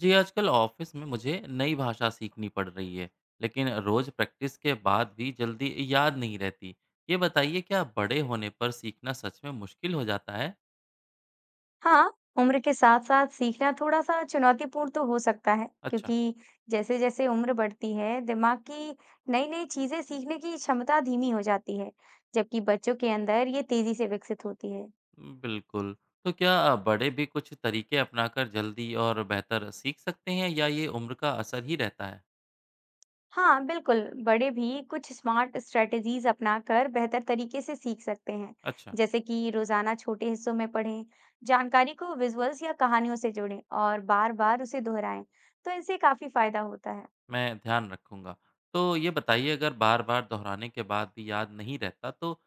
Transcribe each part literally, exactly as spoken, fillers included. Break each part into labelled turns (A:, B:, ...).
A: जी, आजकल ऑफिस में मुझे नई भाषा सीखनी पड़ रही है, लेकिन रोज प्रैक्टिस के बाद भी जल्दी याद नहीं रहती। ये बताइए क्या बड़े होने पर सीखना सच में मुश्किल हो जाता है?
B: हाँ, उम्र के साथ-साथ सीखना थोड़ा-सा चुनौतीपूर्ण तो हो सकता है,
A: अच्छा।
B: क्योंकि जैसे-जैसे उम्र बढ़ती है, दिमाग की नई-नई चीज़ें सीखने की क्षमता धीमी हो जाती है, जबकि बच्चों के अंदर ये तेज़ी से विकसित होती है।
A: बिल्कुल। तो क्या बड़े भी कुछ तरीके अपनाकर जल्दी और बेहतर सीख सकते हैं या ये उम्र का असर ही रहता है?
B: हाँ, बिल्कुल, बड़े भी कुछ स्मार्ट स्ट्रेटजीज अपनाकर बेहतर तरीके से सीख सकते हैं,
A: अच्छा,
B: जैसे कि रोज़ाना छोटे हिस्सों में पढ़ें, जानकारी को विजुअल्स या कहानियों से जोड़ें और बार-बार उसे दोहराएं, तो इनसे काफ़ी फायदा होता है।
A: मैं ध्यान रखूंगा। तो ये बताइए अगर बार-बार दोहराने के बाद भी याद नहीं रहता तो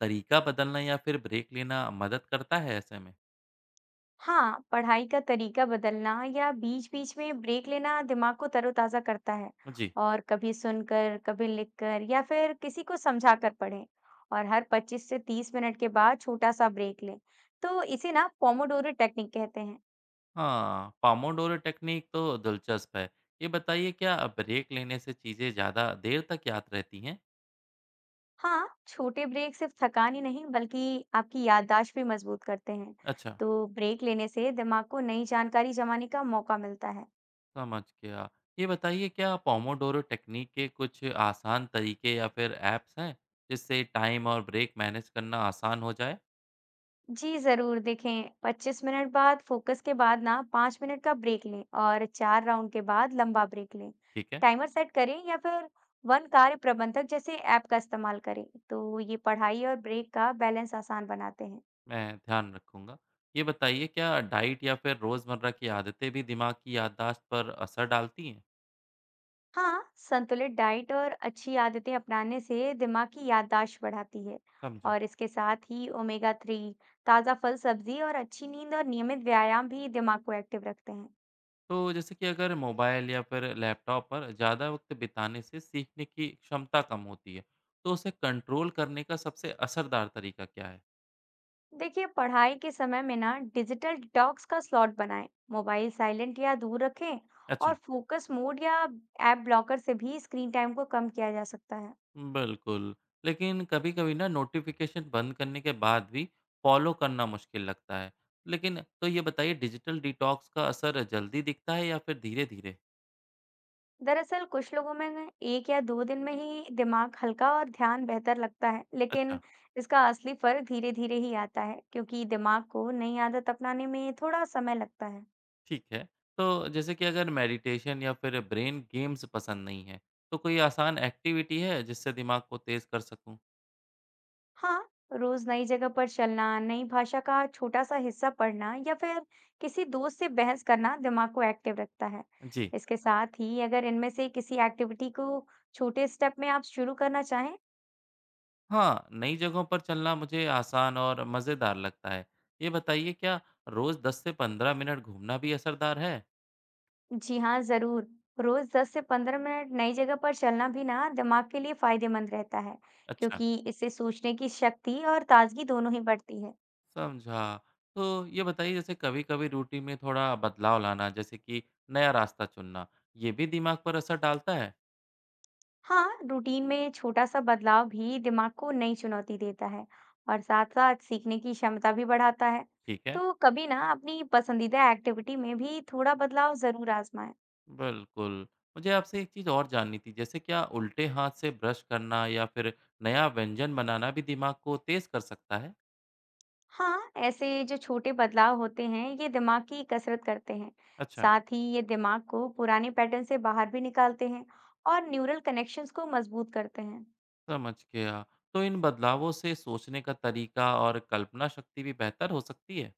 A: तरीका बदलना या फिर ब्रेक लेना मदद करता है ऐसे में?
B: हाँ, पढ़ाई का तरीका बदलना या बीच बीच में ब्रेक लेना दिमाग को तरोताजा करता है।
A: जी।
B: और कभी सुनकर, कभी लिखकर या फिर किसी को समझा कर पढ़ें, और हर पच्चीस से तीस मिनट के बाद छोटा सा ब्रेक लें। तो इसे ना पोमोडोरो टेक्निक कहते हैं।
A: हाँ, पोमोडोरो टेक्निक तो दिलचस्प है। ये बताइए क्या ब्रेक लेने से चीज़ें ज़्यादा देर तक याद रहती हैं?
B: हाँ, छोटे ब्रेक सिर्फ थकान ही नहीं, बल्कि आपकी याददाश्त भी मजबूत करते हैं।
A: अच्छा,
B: तो ब्रेक लेने से दिमाग को नई जानकारी जमाने का मौका मिलता है।
A: समझ गया। ये बताइए क्या पोमोडोरो टेक्निक के कुछ आसान तरीके या फिर ऐप्स हैं, जिससे टाइम और ब्रेक मैनेज करना आसान हो जाए?
B: जी जरूर, देखें पच्चीस मिनट बाद फोकस के बाद ना पाँच मिनट का ब्रेक लें, और चार राउंड के बाद लंबा ब्रेक लें।
A: ठीक है,
B: टाइमर सेट करें या फिर वन कार्य प्रबंधक जैसे ऐप का इस्तेमाल करें, तो ये पढ़ाई और ब्रेक का बैलेंस आसान बनाते हैं।
A: मैं ध्यान रखूँगा। ये बताइए क्या डाइट या फिर रोज़मर्रा की आदतें भी दिमाग की याददाश्त पर असर डालती हैं?
B: हाँ, संतुलित डाइट और अच्छी आदतें अपनाने से दिमाग की याददाश्त बढ़ाती है।
A: समझा।
B: और इसके साथ ही ओमेगा थ्री, ताज़ा फल सब्जी और अच्छी नींद और नियमित व्यायाम भी दिमाग को एक्टिव रखते हैं।
A: तो जैसे कि अगर मोबाइल या फिर लैपटॉप पर ज़्यादा वक्त बिताने से सीखने की क्षमता कम होती है, तो उसे कंट्रोल करने का सबसे असरदार तरीका क्या है?
B: देखिए, पढ़ाई के समय में ना डिजिटल डिटॉक्स का स्लॉट बनाएं, मोबाइल साइलेंट या दूर रखें।
A: अच्छा।
B: और फोकस मोड या ऐप ब्लॉकर से भी स्क्रीन टाइम को कम किया जा सकता है।
A: बिल्कुल, लेकिन कभी-कभी ना नोटिफिकेशन बंद करने के बाद भी फॉलो करना मुश्किल लगता है। लेकिन तो ये बताइए डिजिटल डिटॉक्स का असर जल्दी दिखता है या फिर धीरे-धीरे?
B: दरअसल, कुछ लोगों में ना एक या दो दिन में ही दिमाग हल्का और ध्यान बेहतर लगता है, लेकिन
A: अच्छा,
B: इसका असली फर्क धीरे धीरे ही आता है, क्योंकि दिमाग को नई आदत अपनाने में थोड़ा समय लगता है।
A: ठीक है। तो जैसे कि अगर मेडिटेशन या फिर ब्रेन गेम्स पसंद नहीं है, तो कोई आसान एक्टिविटी है जिससे दिमाग को तेज़ कर सकूं?
B: हाँ, रोज नई जगह पर चलना, नई भाषा का छोटा सा हिस्सा पढ़ना या फिर किसी दोस्त से बहस करना दिमाग को एक्टिव रखता है।
A: जी।
B: इसके साथ ही अगर इनमें से किसी एक्टिविटी को छोटे स्टेप में आप शुरू करना चाहें।
A: हाँ, नई जगहों पर चलना मुझे आसान और मज़ेदार लगता है। ये बताइए क्या रोज़ दस से पंद्रह मिनट घूमना भी असरदार है?
B: जी हाँ, जरूर, रोज दस से पंद्रह मिनट नई जगह पर चलना भी ना दिमाग के लिए फायदेमंद रहता है,
A: अच्छा,
B: क्योंकि इससे सोचने की शक्ति और ताजगी दोनों ही बढ़ती है।
A: समझा। तो ये बताइए जैसे कभी-कभी रूटीन में थोड़ा बदलाव लाना जैसे कि नया रास्ता चुनना, ये भी दिमाग पर असर डालता है?
B: हाँ, रूटीन में छोटा सा बदलाव भी दिमाग को नई चुनौती देता है, और साथ साथ सीखने की क्षमता भी बढ़ाता है।
A: ठीक है,
B: तो कभी ना अपनी पसंदीदा एक्टिविटी में भी थोड़ा बदलाव जरूर आजमाएं।
A: बिल्कुल। मुझे आपसे एक चीज़ और जाननी थी जैसे क्या उल्टे हाथ से ब्रश करना या फिर नया व्यंजन बनाना भी दिमाग को तेज़ कर सकता है?
B: हाँ, ऐसे जो छोटे बदलाव होते हैं, ये दिमाग की कसरत करते हैं।
A: अच्छा।
B: साथ ही ये दिमाग को पुराने पैटर्न से बाहर भी निकालते हैं, और न्यूरल कनेक्शंस को मजबूत करते हैं।
A: समझ गया। तो इन बदलावों से सोचने का तरीका और कल्पना शक्ति भी बेहतर हो सकती है।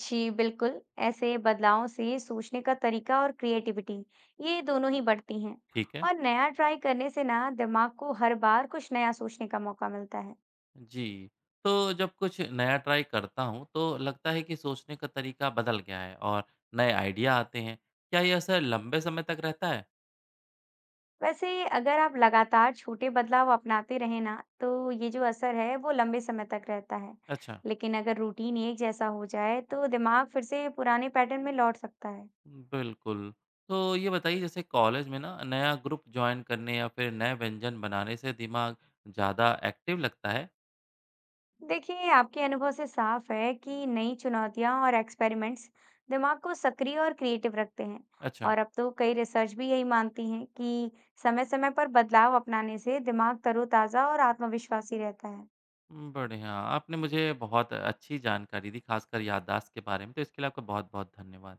B: जी बिल्कुल, ऐसे बदलावों से सोचने का तरीका और क्रिएटिविटी, ये दोनों ही बढ़ती हैं।
A: ठीक है।
B: और नया ट्राई करने से ना दिमाग को हर बार कुछ नया सोचने का मौका मिलता है।
A: जी। तो जब कुछ नया ट्राई करता हूँ तो लगता है कि सोचने का तरीका बदल गया है और नए आइडिया आते हैं। क्या यह असर लंबे समय तक रहता है?
B: वैसे अगर आप लगातार छोटे बदलाव अपनाते रहें ना, तो ये जो असर है वो लंबे समय तक रहता है।
A: अच्छा।
B: लेकिन अगर रूटीन एक जैसा हो जाए, तो दिमाग फिर से पुराने पैटर्न में लौट सकता है।
A: बिल्कुल। तो ये बताइए जैसे कॉलेज में ना नया ग्रुप ज्वाइन करने या फिर नए व्यंजन बनाने से दिमाग ज़्यादा एक्टिव लगता है।
B: देखिए, आपके अनुभव से साफ है कि नई चुनौतियां और एक्सपेरिमेंट्स दिमाग को सक्रिय और क्रिएटिव रखते हैं।
A: अच्छा।
B: और अब तो कई रिसर्च भी यही मानती हैं कि समय समय पर बदलाव अपनाने से दिमाग तरोताजा और आत्मविश्वासी रहता है।
A: उम, बढ़िया। आपने मुझे बहुत अच्छी जानकारी दी, ख़ासकर याददाश्त के बारे में, तो इसके लिए आपका बहुत-बहुत धन्यवाद।